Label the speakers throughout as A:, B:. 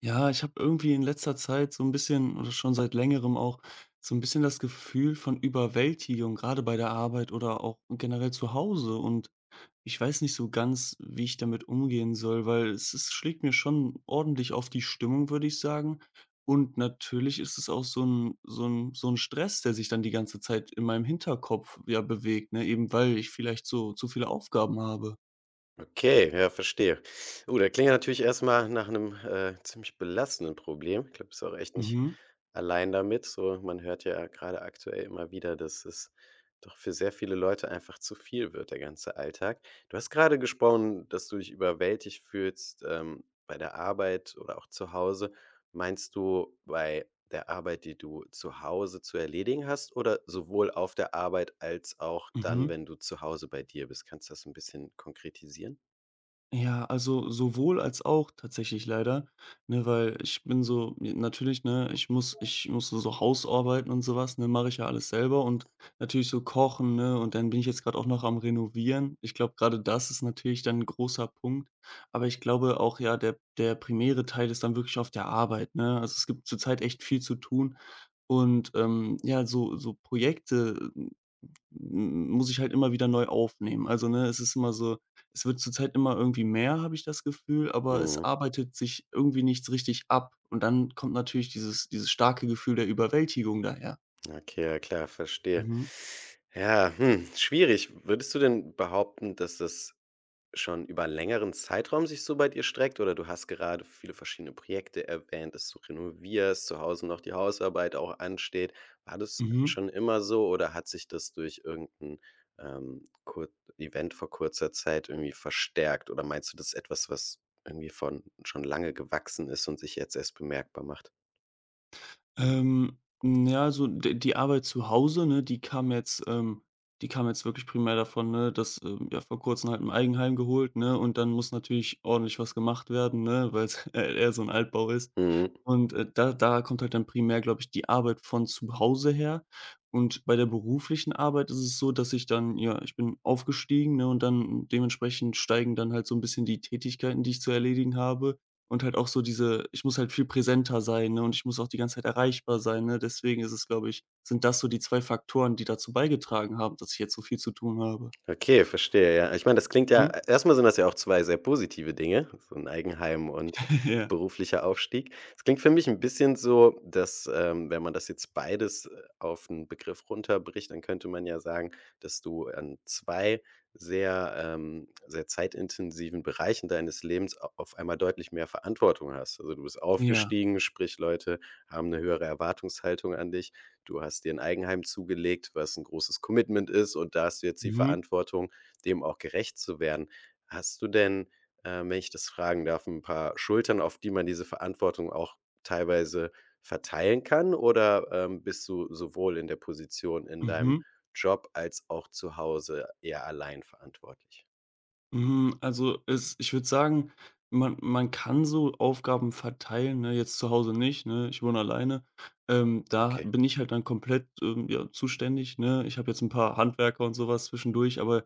A: Ja, ich habe irgendwie in letzter Zeit so ein bisschen oder schon seit Längerem auch so ein bisschen das Gefühl von Überwältigung, gerade bei der Arbeit oder auch generell zu Hause. Und ich weiß nicht so ganz, wie ich damit umgehen soll, weil es schlägt mir schon ordentlich auf die Stimmung, würde ich sagen. Und natürlich ist es auch so ein Stress, der sich dann die ganze Zeit in meinem Hinterkopf, ja, bewegt, ne, eben weil ich vielleicht so zu viele Aufgaben habe.
B: Okay, ja, verstehe. Oh, der klingt ja natürlich erst mal nach einem ziemlich belastenden Problem. Ich glaube, du bist auch echt nicht
A: Mhm,
B: allein damit. So, man hört ja gerade aktuell immer wieder, dass es doch für sehr viele Leute einfach zu viel wird, der ganze Alltag. Du hast gerade gesprochen, dass du dich überwältigt fühlst, bei der Arbeit oder auch zu Hause. Meinst du bei der Arbeit, die du zu Hause zu erledigen hast, oder sowohl auf der Arbeit als auch dann,
A: mhm.
B: wenn du zu Hause bei dir bist? Kannst du das ein bisschen konkretisieren?
A: Ja, also sowohl als auch tatsächlich leider, ne, weil ich bin so ja, natürlich, ne, ich muss so Hausarbeiten und sowas, ne, mache ich ja alles selber und natürlich so kochen, ne, und dann bin ich jetzt gerade auch noch am Renovieren. Ich glaube, gerade das ist natürlich dann 'n großer Punkt, aber ich glaube auch, ja, der primäre Teil ist dann wirklich auf der Arbeit, ne? Also, es gibt zurzeit echt viel zu tun und, ja, so Projekte M muss ich halt immer wieder neu aufnehmen. Also, ne, es ist immer so, es wird zurzeit immer irgendwie mehr, habe ich das Gefühl, aber es
B: Mhm.
A: arbeitet sich irgendwie nichts richtig ab. Und dann kommt natürlich dieses starke Gefühl der Überwältigung daher.
B: Okay, ja klar, verstehe.
A: Mhm.
B: Ja, hm, schwierig. Würdest du denn behaupten, dass das schon über längeren Zeitraum sich so bei dir streckt? Oder du hast gerade viele verschiedene Projekte erwähnt, dass du renovierst, zu Hause noch die Hausarbeit auch ansteht. War das
A: Mhm.
B: schon immer so, oder hat sich das durch irgendein kur Event vor kurzer Zeit irgendwie verstärkt? Oder meinst du, das ist etwas, was irgendwie von schon lange gewachsen ist und sich jetzt erst bemerkbar macht?
A: Hm, ja, also d die Arbeit zu Hause, ne, die kam jetzt wirklich primär davon, ne, dass vor Kurzem halt 'n Eigenheim geholt, ne, und dann muss natürlich ordentlich was gemacht werden, ne, weil e eher so ein Altbau ist.
B: Mhm.
A: Und, da kommt halt dann primär, glaube ich, die Arbeit von zu Hause her. Und bei der beruflichen Arbeit ist es so, dass ich dann ja, ich bin aufgestiegen, ne, und dann dementsprechend steigen dann halt so ein bisschen die Tätigkeiten, die ich zu erledigen habe, und halt auch so diese, ich muss halt viel präsenter sein, ne, und ich muss auch die ganze Zeit erreichbar sein, ne? Deswegen ist es, glaube ich, sind das so die 2 Faktoren, die dazu beigetragen haben, dass ich jetzt so viel zu tun habe.
B: Okay, verstehe, ja. Ich meine, das klingt ja
A: Mhm.
B: erstmal mal sind das ja auch 2 sehr positive Dinge, so ein Eigenheim und
A: Ja.
B: beruflicher Aufstieg. Es klingt für mich ein bisschen so, dass, wenn man das jetzt beides, auf einen Begriff runterbricht, dann könnte man ja sagen, dass du an 2 sehr, sehr zeitintensiven Bereichen deines Lebens au auf einmal deutlich mehr Verantwortung hast. Also, du bist
A: Ja.
B: aufgestiegen, sprich Leute haben eine höhere Erwartungshaltung an dich. Du hast dir ein Eigenheim zugelegt, was ein großes Commitment ist, und da hast du jetzt die
A: Mhm.
B: Verantwortung, dem auch gerecht zu werden. Hast du denn, wenn ich das fragen darf, ein paar Schultern, auf die man diese Verantwortung auch teilweise verteilen kann? Oder, bist du sowohl in der Position in deinem
A: Mhm.
B: Job als auch zu Hause eher allein verantwortlich?
A: Hm, also, es, ich würde sagen, man kann so Aufgaben verteilen, ne? Jetzt zu Hause nicht, ne? Ich wohne alleine. Da
B: Okay.
A: bin ich halt dann komplett, ja, zuständig, ne? Ich habe jetzt ein paar Handwerker und sowas zwischendurch, aber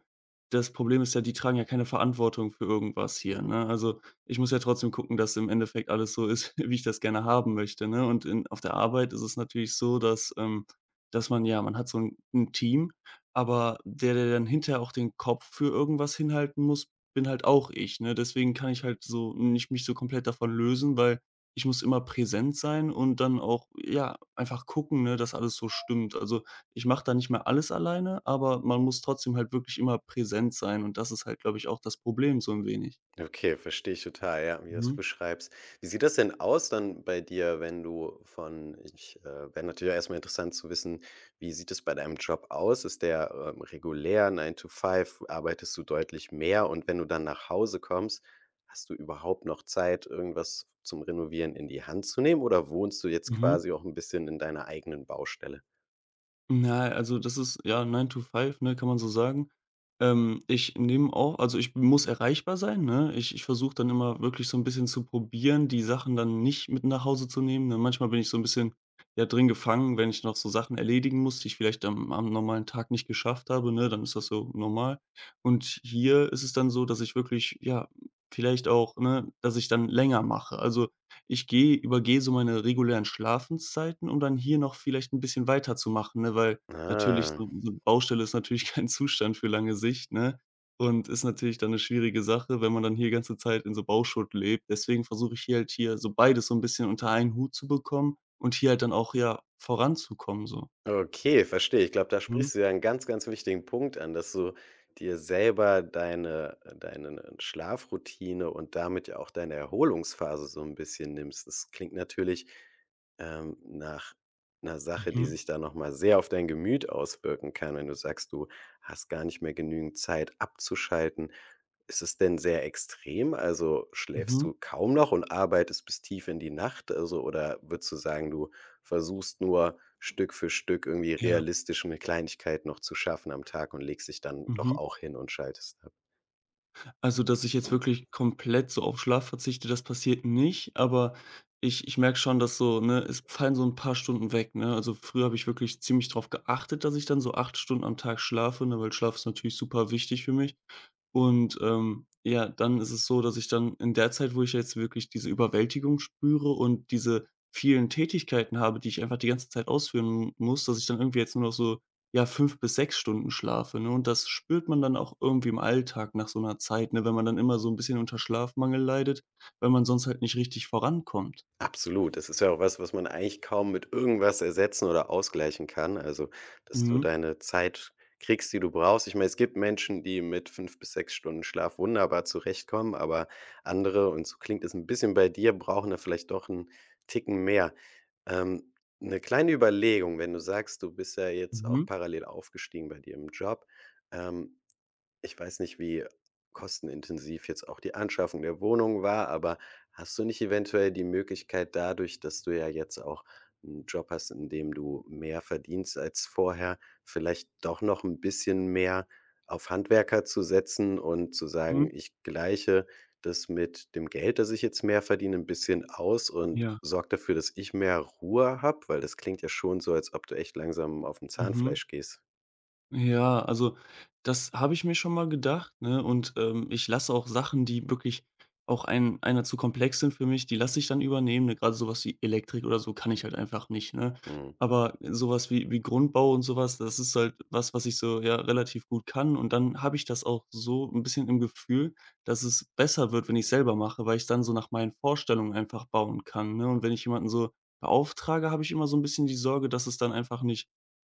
A: das Problem ist ja, die tragen ja keine Verantwortung für irgendwas hier,
B: Mhm.
A: ne? Also, ich muss ja trotzdem gucken, dass im Endeffekt alles so ist, wie ich das gerne haben möchte, ne? Und in, auf der Arbeit ist es natürlich so, dass man, ja, man hat so ein 'n Team, aber der, der dann hinterher auch den Kopf für irgendwas hinhalten muss, bin halt auch ich, ne? Deswegen kann ich halt so nicht mich so komplett davon lösen, weil ich muss immer präsent sein und dann auch, ja, einfach gucken, ne, dass alles so stimmt. Also, ich mache da nicht mehr alles alleine, aber man muss trotzdem halt wirklich immer präsent sein und das ist halt, glaube ich, auch das Problem so ein wenig.
B: Okay, verstehe ich total, ja, wie du es
A: Mhm,
B: beschreibst. Wie sieht das denn aus dann bei dir, wenn du von ich, wäre natürlich erstmal interessant zu wissen, wie sieht es bei deinem Job aus? Ist der, regulär Nine to Five? Arbeitest du deutlich mehr? Und wenn du dann nach Hause kommst, hast du überhaupt noch Zeit, irgendwas zum Renovieren in die Hand zu nehmen, oder wohnst du jetzt
A: mhm.
B: quasi auch ein bisschen in deiner eigenen Baustelle?
A: Na, also das ist ja Nine to Five, ne, kann man so sagen. Ich nehme auch, also ich muss erreichbar sein, ne? Ich versuche dann immer wirklich so ein bisschen zu probieren, die Sachen dann nicht mit nach Hause zu nehmen, ne? Manchmal bin ich so ein bisschen, ja, drin gefangen, wenn ich noch so Sachen erledigen muss, die ich vielleicht am normalen Tag nicht geschafft habe, ne? Dann ist das so normal. Und hier ist es dann so, dass ich wirklich, ja, vielleicht auch, ne, dass ich dann länger mache. Also, ich gehe, übergehe so meine regulären Schlafenszeiten, um dann hier noch vielleicht ein bisschen weiterzumachen, ne? Weil natürlich
B: Ah.
A: so 'n, so 'ne Baustelle ist natürlich kein Zustand für lange Sicht, ne? Und ist natürlich dann eine schwierige Sache, wenn man dann hier ganze Zeit in so Bauschutt lebt. Deswegen versuche ich hier halt hier so beides so ein bisschen unter einen Hut zu bekommen und hier halt dann auch, ja, voranzukommen so.
B: Okay, verstehe. Ich glaube, da
A: Mhm.
B: sprichst du ja 'n ganz, ganz wichtigen Punkt an, dass du dir selber deine deine Schlafroutine und damit ja auch deine Erholungsphase so ein bisschen nimmst. Das klingt natürlich, nach einer Sache, die
A: Mhm.
B: sich da noch mal sehr auf dein Gemüt auswirken kann, wenn du sagst, du hast gar nicht mehr genügend Zeit abzuschalten. Ist es denn sehr extrem? Also, schläfst
A: Mhm.
B: du kaum noch und arbeitest bis tief in die Nacht? Also, oder würdest du sagen, du versuchst nur Stück für Stück irgendwie
A: Ja.
B: realistisch 'ne Kleinigkeit noch zu schaffen am Tag und legst dich dann doch
A: Mhm.
B: auch hin und schaltest ab.
A: Also, dass ich jetzt wirklich komplett so auf Schlaf verzichte, das passiert nicht, aber ich merke schon, dass so, ne, es fallen so ein paar Stunden weg, ne? Also, früher habe ich wirklich ziemlich drauf geachtet, dass ich dann so 8 Stunden am Tag schlafe, ne, weil Schlaf ist natürlich super wichtig für mich. Und, ja, dann ist es so, dass ich dann in der Zeit, wo ich jetzt wirklich diese Überwältigung spüre und diese vielen Tätigkeiten habe, die ich einfach die ganze Zeit ausführen muss, dass ich dann irgendwie jetzt nur noch so, ja, 5 bis 6 Stunden schlafe, ne? Und das spürt man dann auch irgendwie im Alltag nach so einer Zeit, ne, wenn man dann immer so ein bisschen unter Schlafmangel leidet, weil man sonst halt nicht richtig vorankommt.
B: Absolut. Das ist ja auch was, was man eigentlich kaum mit irgendwas ersetzen oder ausgleichen kann. Also, dass du
A: Mhm.
B: deine Zeit kriegst, die du brauchst. Ich meine, es gibt Menschen, die mit 5 bis 6 Stunden Schlaf wunderbar zurechtkommen, aber andere, und so klingt es ein bisschen bei dir, brauchen da vielleicht doch 'n Ticken mehr. Ähm, 'Ne kleine Überlegung, wenn du sagst, du bist ja jetzt auch
A: Mhm.
B: parallel aufgestiegen bei dir im Job. Ähm, ich weiß nicht, wie kostenintensiv jetzt auch die Anschaffung der Wohnung war, aber hast du nicht eventuell die Möglichkeit dadurch, dass du ja jetzt auch 'n Job hast, in dem du mehr verdienst als vorher, vielleicht doch noch 'n bisschen mehr auf Handwerker zu setzen und zu sagen:
A: Mhm.
B: „Ich gleiche das mit dem Geld, das ich jetzt mehr verdiene, 'n bisschen aus und
A: Ja.
B: sorge dafür, dass ich mehr Ruhe habe“, weil das klingt ja schon so, als ob du echt langsam auf 'n
A: Mhm.
B: Zahnfleisch gehst.
A: Ja, also das habe ich mir schon mal gedacht, ne? Und ich lasse auch Sachen, die wirklich auch einer zu komplex sind für mich, die lasse ich dann übernehmen. Ne? Gerade sowas wie Elektrik oder so kann ich halt einfach nicht, ne?
B: Mhm.
A: Aber sowas wie, wie Grundbau und sowas, das ist halt was, was ich so, ja, relativ gut kann. Und dann habe ich das auch so ein bisschen im Gefühl, dass es besser wird, wenn ich selber mache, weil ich dann so nach meinen Vorstellungen einfach bauen kann. Ne? Und wenn ich jemanden so beauftrage, habe ich immer so ein bisschen die Sorge, dass es dann einfach nicht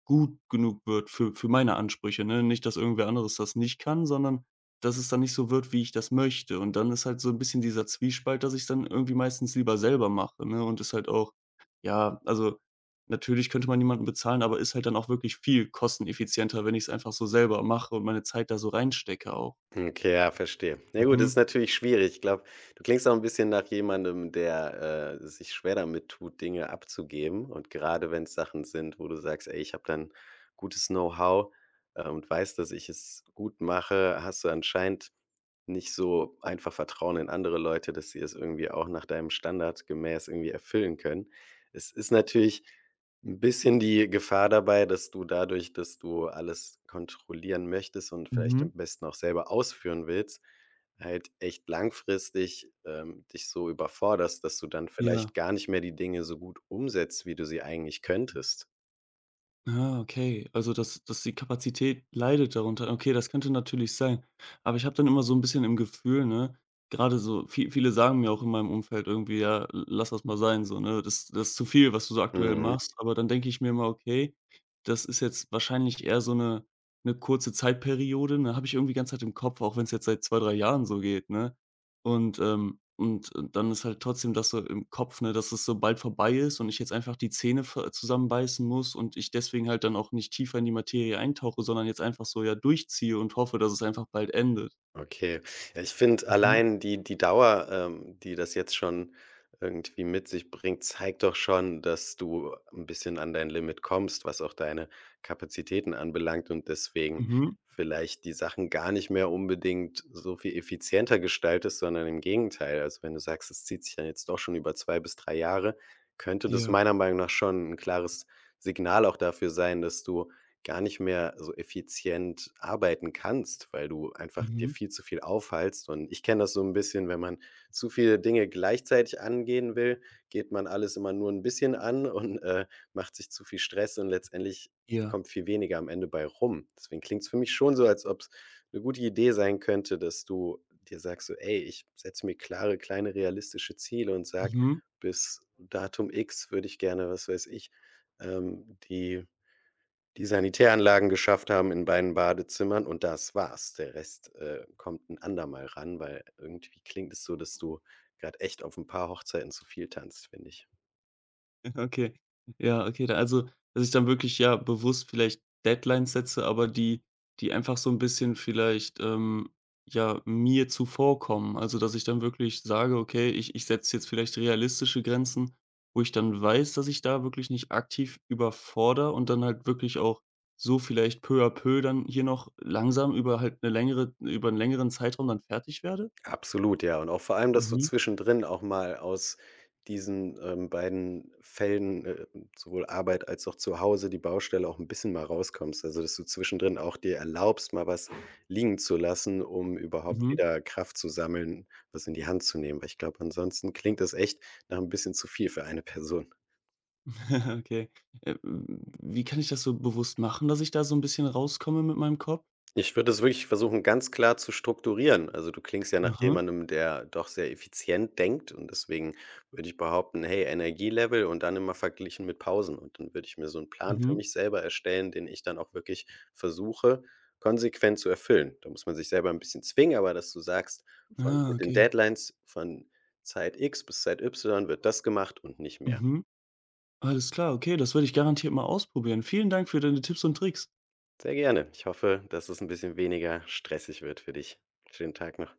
A: gut genug wird für meine Ansprüche, ne? Nicht, dass irgendwer anderes das nicht kann, sondern dass es dann nicht so wird, wie ich das möchte. Und dann ist halt so ein bisschen dieser Zwiespalt, dass ich dann irgendwie meistens lieber selber mache, ne? Und ist halt auch, ja, also, natürlich könnte man jemanden bezahlen, aber ist halt dann auch wirklich viel kosteneffizienter, wenn ich es einfach so selber mache und meine Zeit da so reinstecke auch.
B: Okay, ja, verstehe. Na gut, das ist
A: Mhm.
B: natürlich schwierig. Ich glaube, du klingst auch ein bisschen nach jemandem, der, sich schwer damit tut, Dinge abzugeben. Und gerade wenn es Sachen sind, wo du sagst: „Ey, ich habe dann gutes Know-how, und weiß, dass ich es gut mache“, hast du anscheinend nicht so einfach Vertrauen in andere Leute, dass sie es irgendwie auch nach deinem Standard gemäß irgendwie erfüllen können. Es ist natürlich ein bisschen die Gefahr dabei, dass du dadurch, dass du alles kontrollieren möchtest und vielleicht am
A: Mhm.
B: besten auch selber ausführen willst, halt echt langfristig, dich so überforderst, dass du dann
A: Ja.
B: vielleicht gar nicht mehr die Dinge so gut umsetzt, wie du sie eigentlich könntest.
A: Ah, okay. Also, dass die Kapazität leidet darunter. Okay, das könnte natürlich sein. Aber ich habe dann immer so ein bisschen im Gefühl, ne, gerade so, viele sagen mir auch in meinem Umfeld irgendwie: „Ja, l lass das mal sein so, ne? Das ist zu viel, was du so aktuell
B: Mhm.
A: machst.“ Aber dann denke ich mir immer: „Okay, das ist jetzt wahrscheinlich eher so eine kurze Zeitperiode, ne?“ Habe ich irgendwie die ganze Zeit im Kopf, auch wenn es jetzt seit 2 3 Jahren so geht, ne? Und, dann ist halt trotzdem das so im Kopf, ne, dass es so bald vorbei ist und ich jetzt einfach die Zähne ver zusammenbeißen muss und ich deswegen halt dann auch nicht tiefer in die Materie eintauche, sondern jetzt einfach so, ja, durchziehe und hoffe, dass es einfach bald endet.
B: Okay. Ja, ich finde
A: Mhm.
B: allein die Dauer, die das jetzt schon irgendwie mit sich bringt, zeigt doch schon, dass du ein bisschen an dein Limit kommst, was auch deine Kapazitäten anbelangt, und deswegen
A: Mhm.
B: vielleicht die Sachen gar nicht mehr unbedingt so viel effizienter gestaltest, sondern im Gegenteil. Also, wenn du sagst, es zieht sich dann jetzt doch schon über 2 bis 3 Jahre, könnte das
A: Ja.
B: meiner Meinung nach schon ein klares Signal auch dafür sein, dass du gar nicht mehr so effizient arbeiten kannst, weil du einfach dir
A: Mhm.
B: viel zu viel aufhalst. Und ich kenne das so ein bisschen, wenn man zu viele Dinge gleichzeitig angehen will, geht man alles immer nur ein bisschen an und, macht sich zu viel Stress und letztendlich
A: Ja.
B: kommt viel weniger am Ende bei rum. Deswegen klingt es für mich schon so, als ob es eine gute Idee sein könnte, dass du dir sagst so: „Ey, ich setze mir klare, kleine, realistische Ziele und sag,
A: Mhm.
B: bis Datum X würde ich gerne“, was weiß ich, die die Sanitäranlagen geschafft haben in beiden Badezimmern, und das war's. Der Rest, kommt ein andermal ran, weil irgendwie klingt es so, dass du gerade echt auf ein paar Hochzeiten zu viel tanzt, finde ich.
A: Okay. Ja, okay, da, also, dass ich dann wirklich, ja, bewusst vielleicht Deadlines setze, aber die, die einfach so ein bisschen vielleicht, ja, mir zuvorkommen. Also, dass ich dann wirklich sage: „Okay, ich setze jetzt vielleicht realistische Grenzen, wo ich dann weiß, dass ich da wirklich nicht aktiv überfordere und dann halt wirklich auch so vielleicht peu à peu dann hier noch langsam über einen längeren Zeitraum dann fertig werde?“
B: Absolut, ja. Und auch vor allem, dass du
A: Mhm,
B: zwischendrin auch mal aus diesen, beiden Fällen sowohl Arbeit als auch zu Hause, die Baustelle, auch ein bisschen mal rauskommst. Also, dass du zwischendrin auch dir erlaubst, mal was liegen zu lassen, um überhaupt
A: mhm.
B: wieder Kraft zu sammeln, was in die Hand zu nehmen. Weil ich glaube, ansonsten klingt das echt nach ein bisschen zu viel für eine Person.
A: Okay. Wie kann ich das so bewusst machen, dass ich da so ein bisschen rauskomme mit meinem Kopf?
B: Ich würde es wirklich versuchen, ganz klar zu strukturieren. Also, du klingst ja nach
A: Aha,
B: jemandem, der doch sehr effizient denkt, und deswegen würde ich behaupten: „Hey, Energielevel“ und dann immer verglichen mit Pausen, und dann würde ich mir so einen Plan für
A: mhm.
B: mich selber erstellen, den ich dann auch wirklich versuche, konsequent zu erfüllen. Da muss man sich selber ein bisschen zwingen, aber dass du sagst: „Von
A: Ah,
B: mit den
A: okay.
B: Deadlines von Zeit X bis Zeit Y wird das gemacht und nicht mehr.“
A: Mhm. Alles klar, okay, das werde ich garantiert mal ausprobieren. Vielen Dank für deine Tipps und Tricks.
B: Sehr gerne. Ich hoffe, dass es ein bisschen weniger stressig wird für dich. Schönen Tag noch.